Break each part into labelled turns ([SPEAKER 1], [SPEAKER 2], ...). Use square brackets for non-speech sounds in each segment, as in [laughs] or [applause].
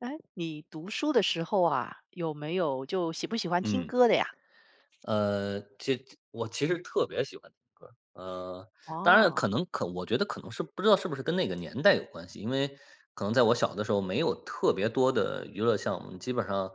[SPEAKER 1] 哎，你读书的时候啊，有没有就喜不喜欢听
[SPEAKER 2] 嗯。
[SPEAKER 1] 歌的呀？
[SPEAKER 2] 呃，其实我其实特别喜欢听歌儿当然
[SPEAKER 1] 哦，
[SPEAKER 2] 可能我觉得可能是不知道是不是跟那个年代有关系，因为可能在我小的时候没有特别多的娱乐项目，基本上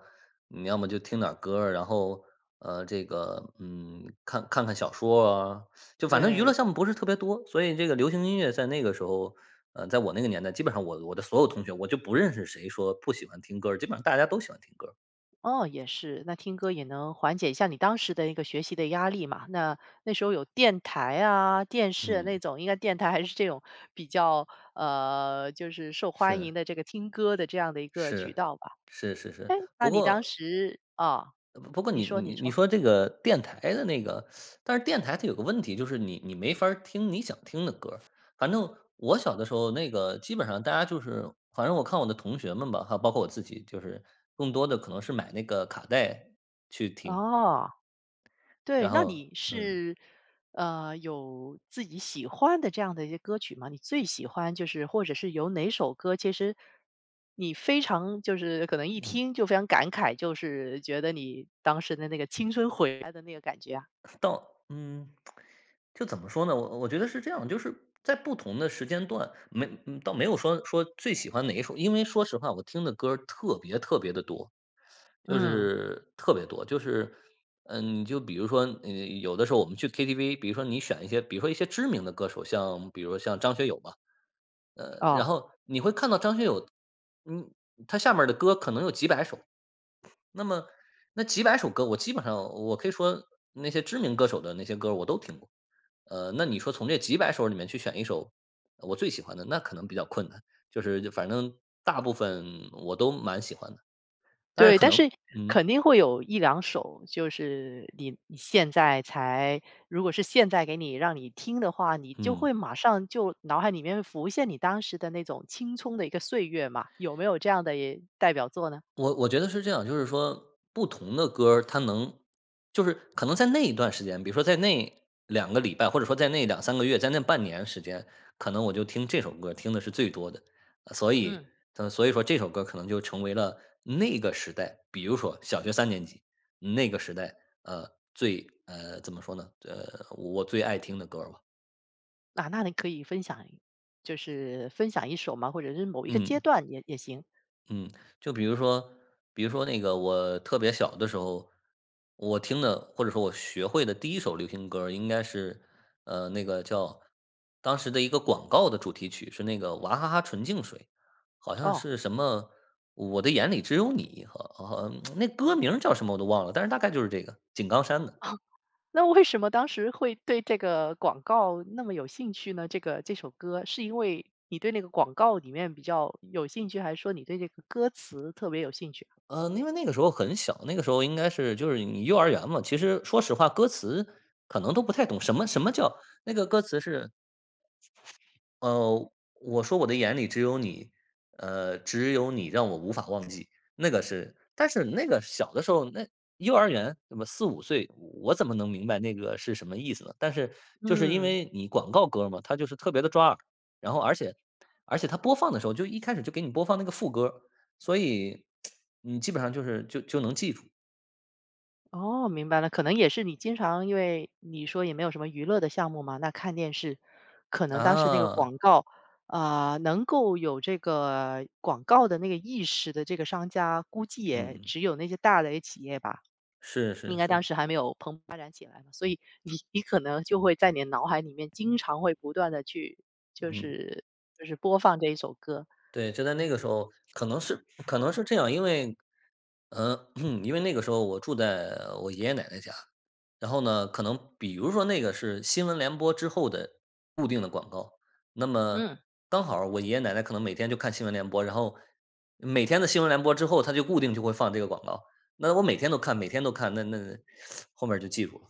[SPEAKER 2] 你要么就听点儿歌儿，然后看看小说啊，就反正娱乐
[SPEAKER 1] 对，
[SPEAKER 2] 项目不是特别多，所以这个流行音乐在那个时候，在我那个年代，基本上我的所有同学，我就不认识谁说不喜欢听歌儿，基本上大家都喜欢听歌儿。
[SPEAKER 1] 哦，也是，那听歌也能缓解一下你当时的一个学习的压力嘛。那那时候有电台啊、电视啊
[SPEAKER 2] 嗯。
[SPEAKER 1] 那种，应该电台还是这种比较就是受欢迎
[SPEAKER 2] 是。
[SPEAKER 1] 的这个听歌的这样的一个渠
[SPEAKER 2] 是，
[SPEAKER 1] 道吧。
[SPEAKER 2] 是是
[SPEAKER 1] 哎，
[SPEAKER 2] 是。
[SPEAKER 1] 那
[SPEAKER 2] 不
[SPEAKER 1] 你当
[SPEAKER 2] 过
[SPEAKER 1] 时啊，
[SPEAKER 2] 呃不过
[SPEAKER 1] 你
[SPEAKER 2] 你
[SPEAKER 1] 说你
[SPEAKER 2] 你你
[SPEAKER 1] 说，
[SPEAKER 2] 说这个电台的那个，但是电台它有个问题，就是你没法儿听你想听的歌儿。反正我小的时候，那个基本上大家就是，反正我看我的同学们吧，还有包括我自己，就是更多的可能是买那个卡带去听，
[SPEAKER 1] 哦。对，
[SPEAKER 2] 然
[SPEAKER 1] 那
[SPEAKER 2] 后。
[SPEAKER 1] 你
[SPEAKER 2] 嗯
[SPEAKER 1] 是，有自己喜欢的这样的一些歌曲吗？你最喜欢就是或者是有哪首歌，其实你非常就是可能一
[SPEAKER 2] 嗯。
[SPEAKER 1] 听就非常感慨，就是觉得你当时的那个青春回来的那个感觉啊？
[SPEAKER 2] 到嗯，就怎么说呢？我觉得是这样，就是在不同的时间段，没嗯倒没有说最喜欢哪一首，因为说实话，我听的歌儿特别特别的多，就
[SPEAKER 1] 嗯，
[SPEAKER 2] 是特别多。你就比如说，有的时候我们去 KTV,比如说你选一些，比如说一些知名的歌手，像比如说像张学友吧。然
[SPEAKER 1] 哦。
[SPEAKER 2] 后你会看到张学友，嗯，他下面儿的歌可能有几百首，那么那几百首歌，我基本上我可以说那些知名歌手的那些歌我都听过。那你说从这几百首里面去选一首我最喜欢的，那可能比较困难。就是反正大部分我都蛮喜欢的，但是
[SPEAKER 1] 对，
[SPEAKER 2] 可
[SPEAKER 1] 但
[SPEAKER 2] 能。
[SPEAKER 1] 是
[SPEAKER 2] 嗯
[SPEAKER 1] 肯定会有一两首，就是你现在才如果是现在给你让你听的话，你就
[SPEAKER 2] 嗯。
[SPEAKER 1] 会马上就脑海里面浮现你当时的那种青葱的一个岁月嘛，有没有这样的也代表作呢？
[SPEAKER 2] 我觉得是这样，就是说不同的歌儿它能，就是可能在那一段时间，比如说在那两个礼拜，或者说在那两三个月，在那半年时间，可能我就听这首歌听的是最多的。呃所以
[SPEAKER 1] 嗯，
[SPEAKER 2] 所以说这首歌可能就成为了那个时代，比如说小学三年级，那个时代，怎么说呢，我最爱听的歌儿吧。
[SPEAKER 1] 啊，那你可以分享一就是分享一首吗？或者是某一个阶
[SPEAKER 2] 嗯。
[SPEAKER 1] 段也也行，
[SPEAKER 2] 嗯，就比如说，那个我特别小的时候，我听的，或者说我学会的第一首流行歌儿应该是，那个叫当时的一个广告的主题曲，是那个娃哈哈纯净水，好像
[SPEAKER 1] 哦。
[SPEAKER 2] 是什么"我的眼里只有你"。好那歌名儿叫什么我都忘了，但是大概就是这个，井冈山的。
[SPEAKER 1] 那为什么当时会对这个广告那么有兴趣呢？这首歌是因为你对那个广告里面比较有兴趣，还是说你对这个歌词特别有兴趣啊？
[SPEAKER 2] 因为那个时候很小，那个时候应该是就是你幼儿园嘛，其实说实话歌词可能都不太懂。什么叫那个歌词是呃，我说我的眼里只有你，只有你让我无法忘记。那个是，但是那个小的时候，那幼儿园那么四五岁，我怎么能明白那个是什么意思呢？但是就是因
[SPEAKER 1] 嗯，
[SPEAKER 2] 为你广告歌嘛，它就是特别的抓耳，然后而且它播放的时候就一开始就给你播放那个副歌，所以你基本上就是就就能记住。
[SPEAKER 1] 哦，明白了，可能也是你经常因为你说也没有什么娱乐的项目嘛，那看电视，可能当时那个
[SPEAKER 2] 啊。
[SPEAKER 1] 广告，啊、能够有这个广告的那个意识的这个商家，估计也
[SPEAKER 2] 嗯，
[SPEAKER 1] 只有那些大的企业吧，
[SPEAKER 2] 是
[SPEAKER 1] 应
[SPEAKER 2] 是
[SPEAKER 1] 该当
[SPEAKER 2] 是。
[SPEAKER 1] 时还没有蓬，你可能就会在你的脑海里面经常会不断的去就
[SPEAKER 2] 嗯。
[SPEAKER 1] 是就是播放这一首歌。
[SPEAKER 2] 对，就在那个时候，可能是，可能是这样，因为嗯，[clears throat] 因为那个时候我住在我爷爷奶奶家，然后呢，可能比如说那个是新闻联播之后的固定的广告，那么
[SPEAKER 1] 嗯，
[SPEAKER 2] 刚好儿我爷爷奶奶可能每天就看新闻联播，然后每天的新闻联播之后，他就固定就会放这个广告，那我每天都看，每天都看，那那 [sucks teeth] 后面儿就记住了。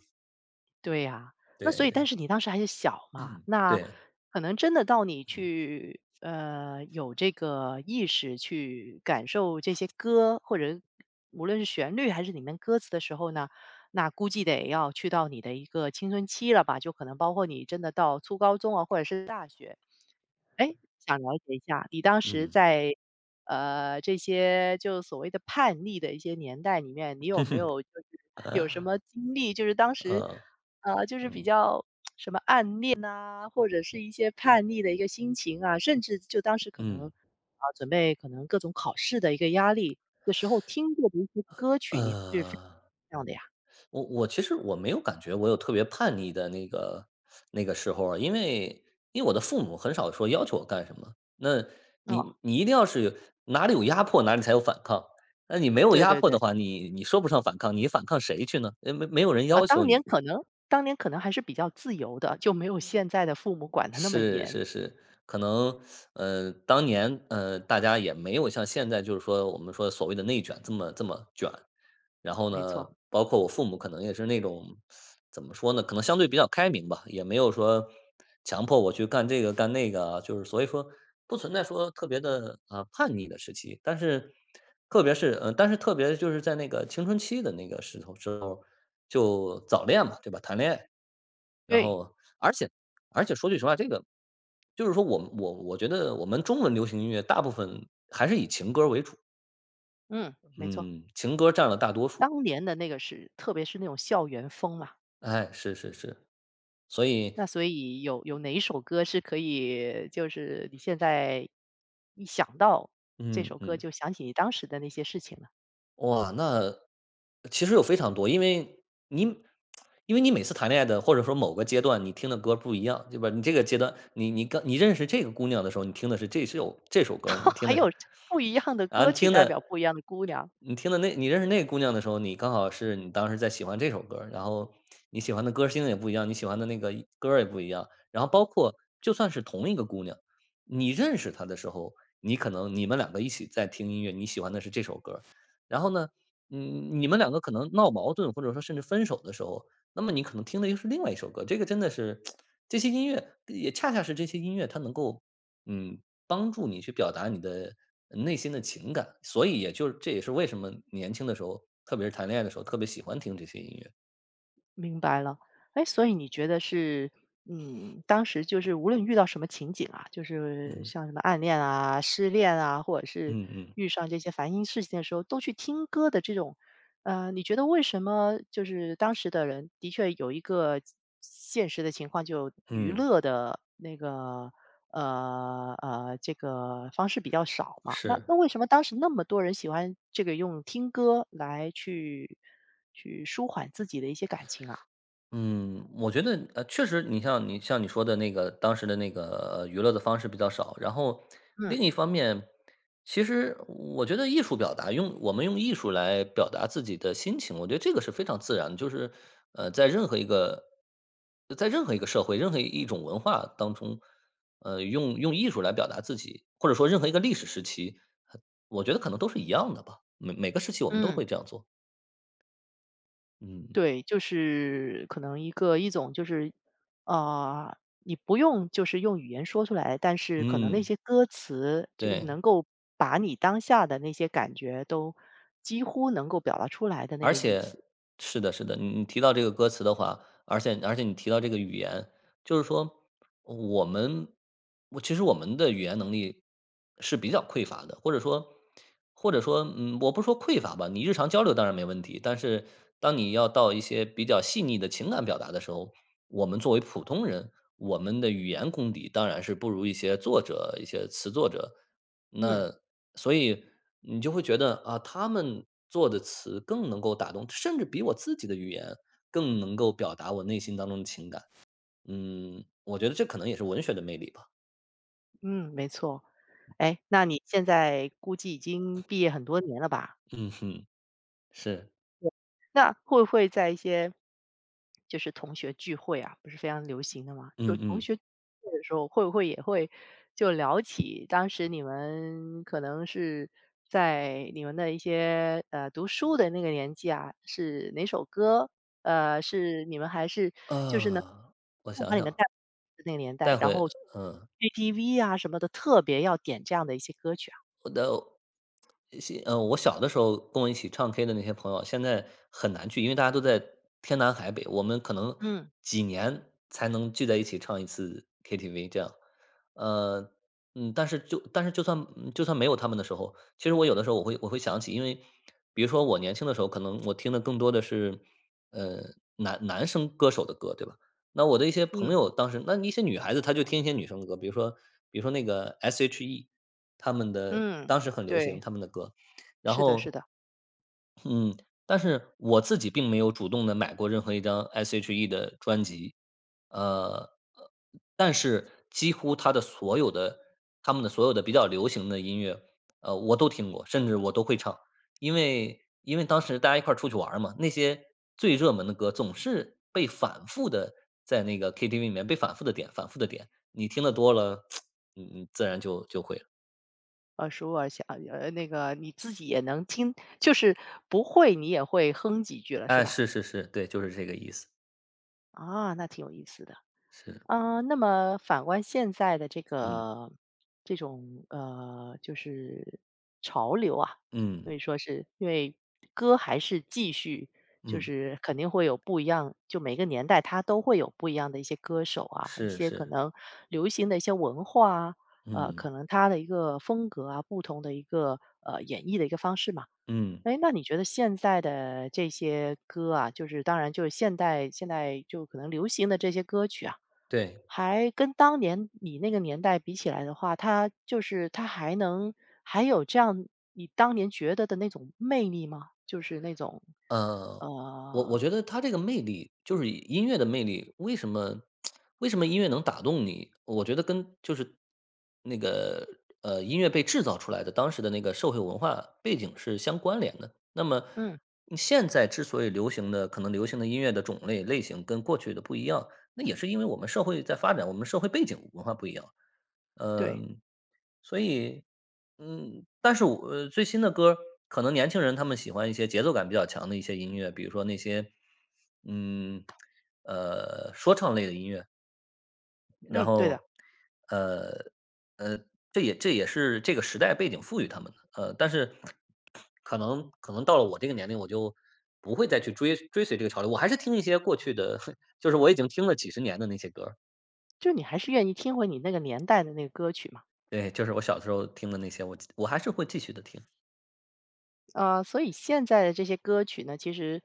[SPEAKER 1] 对呀。那所
[SPEAKER 2] 对
[SPEAKER 1] 以但
[SPEAKER 2] 对
[SPEAKER 1] 是你当时还是小嘛，那
[SPEAKER 2] 对。
[SPEAKER 1] 可能真的到你去，有这个意识去感受这些歌，或者无论是旋律还是里面歌词的时候呢，那估计得要去到你的一个青春期了吧，就可能包括你真的到初高中啊，或者是大学。哎，想了解一下，你当时
[SPEAKER 2] 嗯。
[SPEAKER 1] 在，这些就所谓的叛逆的一些年代里面，你有没
[SPEAKER 2] [laughs]
[SPEAKER 1] 有就是有什
[SPEAKER 2] 呃，
[SPEAKER 1] 么经历，就是当时，
[SPEAKER 2] 嗯
[SPEAKER 1] 就是比较变呐，或者是一些叛逆的一个心情啊，甚至就当时可能，
[SPEAKER 2] 嗯。
[SPEAKER 1] 啊，准备可能各种考试的一个压力的时候，听过的一些歌曲，你是非
[SPEAKER 2] 呃。
[SPEAKER 1] 这样的呀？
[SPEAKER 2] 我其实我没有感觉我有特别叛逆的那个时候啊，因为我的父母很少说要求我干什么。那
[SPEAKER 1] 哦，
[SPEAKER 2] 你一定要是有，哪里有压迫，哪里才有反抗。那你没有
[SPEAKER 1] 对
[SPEAKER 2] 压
[SPEAKER 1] 对
[SPEAKER 2] 迫
[SPEAKER 1] 对，
[SPEAKER 2] 的话，你说不上反抗，你反抗谁去呢？没有人要
[SPEAKER 1] 当
[SPEAKER 2] 求
[SPEAKER 1] 年
[SPEAKER 2] 你。
[SPEAKER 1] 可能当年可能还是比较自由的，就没有现在的父母管的那么
[SPEAKER 2] 是
[SPEAKER 1] 严，
[SPEAKER 2] 是是。可能当年大家也没有像现在就是说我们说所谓的内卷这么卷，然后
[SPEAKER 1] 没
[SPEAKER 2] 呢，
[SPEAKER 1] 错，
[SPEAKER 2] 包括我父母可能也是那种，怎么说呢，可能相对比较开明吧，也没有说强迫我去干这个干那个啊。就是所以说不存在说特别的啊、叛逆的时期。但是特别是呃，但是特别就是在那个青春期的那个时候就早恋嘛，对吧？谈恋爱。然
[SPEAKER 1] 对。
[SPEAKER 2] 后而且说句实话，这个就是说我觉得我们中文流行音乐大部分还是以情歌为主。
[SPEAKER 1] 嗯，没错，
[SPEAKER 2] 嗯，情歌占了大多数。
[SPEAKER 1] 当年的那个是特别是那种校园风嘛，
[SPEAKER 2] 哎，是是是。所以
[SPEAKER 1] 那所以有有哪一首歌是可以就是你现在一想到这
[SPEAKER 2] 嗯
[SPEAKER 1] 首歌
[SPEAKER 2] 嗯，
[SPEAKER 1] 就想起你当时的那些事情了？
[SPEAKER 2] 哇，那其实有非常多。你因为你每次谈恋爱的，或者说某个阶段，你听的歌不一样，对吧？你这个阶段，你刚你认识这个姑娘的时候，你听的是这首歌儿，你
[SPEAKER 1] [laughs]
[SPEAKER 2] 听
[SPEAKER 1] 还
[SPEAKER 2] 的
[SPEAKER 1] 有
[SPEAKER 2] 是。
[SPEAKER 1] 不一样的
[SPEAKER 2] 啊，
[SPEAKER 1] 歌曲代表不一样的姑娘。
[SPEAKER 2] 你听的，那你认识那个姑娘的时候，你刚好是你当时在喜欢这首歌儿，然后你喜欢的歌星也不一样，你喜欢的那个歌儿也不一样，然后包括就算是同一个姑娘，你认识她的时候，你可能你们两个一起在听音乐，你喜欢的是这首歌，然后呢你们两个可能闹矛盾，或者说甚至分手的时候，那么你可能听的又是另外一首歌。这个真的是， [tsk] 这些音乐，也恰恰是这些音乐，它能够嗯，帮助你去表达你的内心的情感，所以也就这也是为什么年轻的时候，特别是谈恋爱的时候，特别喜欢听这些音乐。
[SPEAKER 1] 明白了，哎，所以你觉得是，嗯，当时就是无论遇到什么情景啊，就是
[SPEAKER 2] 嗯
[SPEAKER 1] 像什么暗恋啊、失恋啊，或者是
[SPEAKER 2] 嗯。嗯
[SPEAKER 1] 遇上这些烦心事情的时候，都去听歌的这种，你觉得为什么就是当时的人的确有一个现实的情况，就娱
[SPEAKER 2] 嗯。
[SPEAKER 1] 乐的那个这个方式比较少嘛。那
[SPEAKER 2] 是。
[SPEAKER 1] 那为什么当时那么多人喜欢这个用听歌来去去舒缓自己的一些感情啊？
[SPEAKER 2] 嗯，我觉得确实，你像你说的那个当时的那个娱乐的方式比较少，然后
[SPEAKER 1] 嗯
[SPEAKER 2] 另一方面，其实我觉得艺术表达，用我们用艺术来表达自己的心情，我觉得这个是非常自然的，就是呃，在任何一个在任何一个社会、任何一种文化当中，用艺术来表达自己，或者说任何一个历史时期，我觉得可能都是一样的吧，每个时期我们都会
[SPEAKER 1] 嗯，
[SPEAKER 2] 这样做。嗯
[SPEAKER 1] 对，就是可能一个一种就是啊、你不用就是用语言说出来，但是可能那
[SPEAKER 2] 嗯。
[SPEAKER 1] 些歌词就是
[SPEAKER 2] 对。
[SPEAKER 1] 能够把你当下的那些感觉都几乎能够表达出来的那
[SPEAKER 2] 而
[SPEAKER 1] 个意
[SPEAKER 2] 且
[SPEAKER 1] 思。
[SPEAKER 2] 是的，是的，你提到这个歌词的话，而且你提到这个语言，就是说我们我其实我们的语言能力是比较匮乏的，或者说，我不说匮乏吧，你日常交流当然没问题，但是当你要到一些比较细腻的情感表达的时候，我们作为普通人，我们的语言功底当然是不如一些作者、一些词作者，
[SPEAKER 1] 嗯。
[SPEAKER 2] 那所以你就会觉得啊，他们做的词更能够打动，甚至比我自己的语言更能够表达我内心当中的情感。嗯，我觉得这可能也是文学的魅力吧。
[SPEAKER 1] 嗯，没错。哎，那你现在估计已经毕业很多年了吧？
[SPEAKER 2] 嗯哼。是。
[SPEAKER 1] 那会不会在一些就是同学聚会啊，不是非常流行的吗？就
[SPEAKER 2] 嗯
[SPEAKER 1] 同
[SPEAKER 2] 嗯。
[SPEAKER 1] 学聚会的时候，会不会也会就聊起当时你们可能是在你们的一些读书的那个年纪啊，是哪首歌？是你们还是就是能
[SPEAKER 2] 呃，我
[SPEAKER 1] 把
[SPEAKER 2] 想
[SPEAKER 1] 你们
[SPEAKER 2] 想。
[SPEAKER 1] 带回那个年代，
[SPEAKER 2] 带
[SPEAKER 1] 然
[SPEAKER 2] 回。
[SPEAKER 1] 后
[SPEAKER 2] 嗯、
[SPEAKER 1] KTV 啊什么的，特别要点这样的一些歌曲啊？
[SPEAKER 2] 我的我小的时候跟我一起唱 K 的那些朋友，现在很难聚，因为大家都在天南海北，我们可能
[SPEAKER 1] 嗯
[SPEAKER 2] 几年才能聚在一起唱一次 KTV 这样。呃，嗯，但是就算就算没有他们的时候，其实我有的时候我会想起。因为比如说我年轻的时候，可能我听的更多的是呃男生歌手的歌，对吧？那我的一些
[SPEAKER 1] 嗯
[SPEAKER 2] 朋友当时那一些女孩子她就听一些女生的歌，比如说比如说那个 S.H.E，他们的当
[SPEAKER 1] 嗯，
[SPEAKER 2] 时很流行
[SPEAKER 1] 对，
[SPEAKER 2] 他们的歌。然
[SPEAKER 1] 是的是
[SPEAKER 2] 后
[SPEAKER 1] 的，
[SPEAKER 2] 嗯，但是我自己并没有主动的买过任何一张 S.H.E 的专辑，呃，但是几乎他们的所有的比较流行的音乐，我都听过，甚至我都会唱。因为当时大家一块儿出去玩儿嘛，那些最热门的歌总是被反复的在那个 KTV 里面被反复的点，反复的点，你听的多了，[tsk] 你自然就会了。
[SPEAKER 1] 耳熟而详，那个你自己也能听，就是不会你也会哼几句了，是
[SPEAKER 2] 哎，
[SPEAKER 1] 吧？
[SPEAKER 2] 是是是，对，就是这个意思。
[SPEAKER 1] 啊，那挺有意思的。
[SPEAKER 2] 是，
[SPEAKER 1] 啊，那么反观现在的这
[SPEAKER 2] 嗯，
[SPEAKER 1] 个这种就是潮流啊，所
[SPEAKER 2] 嗯，
[SPEAKER 1] 以说是因为歌还是继续，就
[SPEAKER 2] 嗯，
[SPEAKER 1] 是肯定会有不一样，就每个年代它都会有不一样的一些歌手啊，一
[SPEAKER 2] 是
[SPEAKER 1] 些可
[SPEAKER 2] 是，
[SPEAKER 1] 能流行的一些文化啊，
[SPEAKER 2] 嗯，
[SPEAKER 1] 可能它的一个风格啊，不同的一个演绎的一个方式嘛。
[SPEAKER 2] 嗯，
[SPEAKER 1] 哎，那你觉得现在的这些歌啊，就是当然就是现代现代就可能流行的这些歌曲啊，
[SPEAKER 2] 对。
[SPEAKER 1] 还跟当年你那个年代比起来的话，它就是它还能还有这样你当年觉得的那种魅力吗？就是那种，
[SPEAKER 2] 呃，我
[SPEAKER 1] 呃，
[SPEAKER 2] 觉得它这个魅力，就是音乐的魅力，为什么 [tsk] 为什么音乐能打动你？我觉得跟那个音乐被制造出来的当时的那个社会文化背景是相关联的。那么
[SPEAKER 1] 嗯，
[SPEAKER 2] 现在之所以流行的音乐的种类类型跟过去的不一样，那也是因为我们社会在发展，我们社会背景文化不一样。
[SPEAKER 1] 对，
[SPEAKER 2] 嗯，所以，嗯，但是我最新的歌儿可能年轻人他们喜欢一些节奏感比较强的一些音乐，比如说那些，嗯，说唱类的音乐。然
[SPEAKER 1] 嗯，对
[SPEAKER 2] 后，
[SPEAKER 1] 的，
[SPEAKER 2] 呃，呃，这也是这个时代背景赋予他们的。但是可能到了我这个年龄，我就不会再去追随这个潮流，我还是听一些过去的，[laughs] 就是我已经听了几十年的那些歌儿。
[SPEAKER 1] 就你还是愿意听回你那个年代的那个歌曲。
[SPEAKER 2] 对，就是我小时候听的那些，我还是会继续的听。
[SPEAKER 1] 所以现在的这些歌曲呢，其实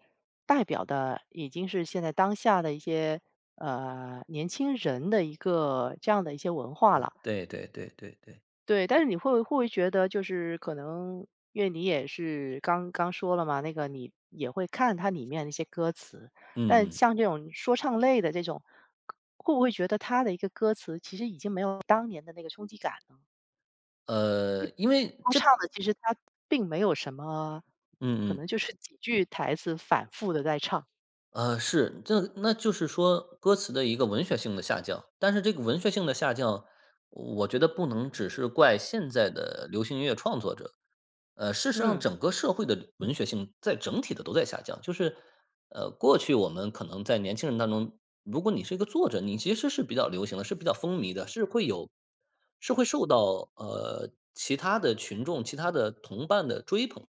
[SPEAKER 1] 代表的已经是现在当下的一些年轻人的一个这样的一些文化
[SPEAKER 2] 嗯，
[SPEAKER 1] 了。
[SPEAKER 2] 对对对对对，
[SPEAKER 1] 对，但是你会会不会觉得，就是可能因为你也是刚刚说了嘛，那个你也会看它里面的一些歌词，但
[SPEAKER 2] 嗯嗯，
[SPEAKER 1] 像这种说唱类的这种，会不会觉得它的一个歌词其实已经没有当年的那个冲击感了
[SPEAKER 2] 因为
[SPEAKER 1] 说
[SPEAKER 2] 这
[SPEAKER 1] 唱的其实它并没有什么，可
[SPEAKER 2] 嗯嗯。
[SPEAKER 1] 能就是几句台词反复的在唱。
[SPEAKER 2] 是，这那就是说歌词的一个文学性的下降。但是这个文学性的下降，我觉得不能只是怪现在的流行音乐创作者。事实上
[SPEAKER 1] 嗯，
[SPEAKER 2] 整个社会的文学性在整体的都在下降，就是，过去我们可能在年轻人当中，如果你是一个作者，你其实是比较流行的，是比较风靡的，是会有，是会受到其他的群众、其他的同伴的追捧。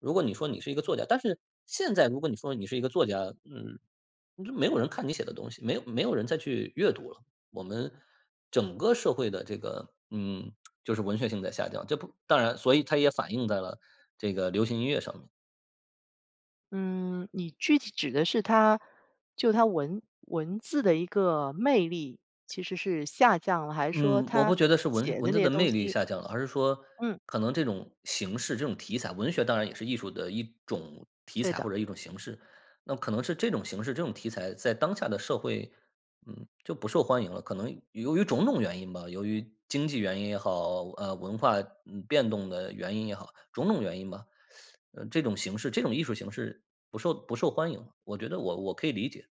[SPEAKER 2] 如果你说你是一个作家，但是现在如果你说你是一个作家，嗯，就没有人看你写的东西，没有人再去阅读了。我们整个社会的这个，嗯，就是文学性在下降。这不当然，所以它也反映在了这个流行音乐上面。
[SPEAKER 1] 嗯，你具体指的是它就它文文字的一个魅力其实是下降了，还是说
[SPEAKER 2] 嗯，我
[SPEAKER 1] 它
[SPEAKER 2] 不觉得是
[SPEAKER 1] 写的
[SPEAKER 2] 文
[SPEAKER 1] 那
[SPEAKER 2] 字
[SPEAKER 1] 些
[SPEAKER 2] 的
[SPEAKER 1] 东
[SPEAKER 2] 魅力
[SPEAKER 1] 西
[SPEAKER 2] 下降了，而是说
[SPEAKER 1] 嗯，
[SPEAKER 2] 可能这种形式、这种题材，文学当然也是艺术的一种题
[SPEAKER 1] 对
[SPEAKER 2] 材
[SPEAKER 1] 的。
[SPEAKER 2] 或者一种形式。那可能是这种形式、这种题材在当下的社会，嗯，就不受欢迎了。可能由于种种原因吧，由于经济原因也好，文化变动的原因也好，种种原因吧。这种形式、这种艺术形式不受欢迎了。我觉得我可以理解。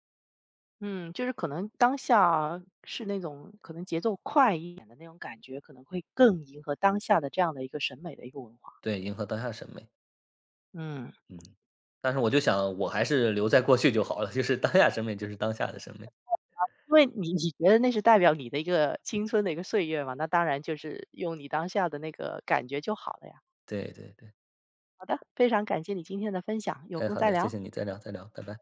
[SPEAKER 1] 嗯，就是可能当下是那种可能节奏快一点的感觉，可能会更迎合当下的这样的一个审美的一个文化，
[SPEAKER 2] 对，迎合当下审美。
[SPEAKER 1] 嗯。
[SPEAKER 2] 嗯，但是我就想我还是留在过去就好了，就是当下审美就是当下的审美。
[SPEAKER 1] 因为你你觉得那是代表你的一个青春的一个岁月嘛，那当然就是用你当下的那个感觉就好了呀。
[SPEAKER 2] 对对对，
[SPEAKER 1] 好的，非常感谢你今天的分享，有
[SPEAKER 2] 哎，
[SPEAKER 1] 空
[SPEAKER 2] 好
[SPEAKER 1] 再
[SPEAKER 2] 的，谢
[SPEAKER 1] 聊。
[SPEAKER 2] 谢你，再聊再聊，拜拜。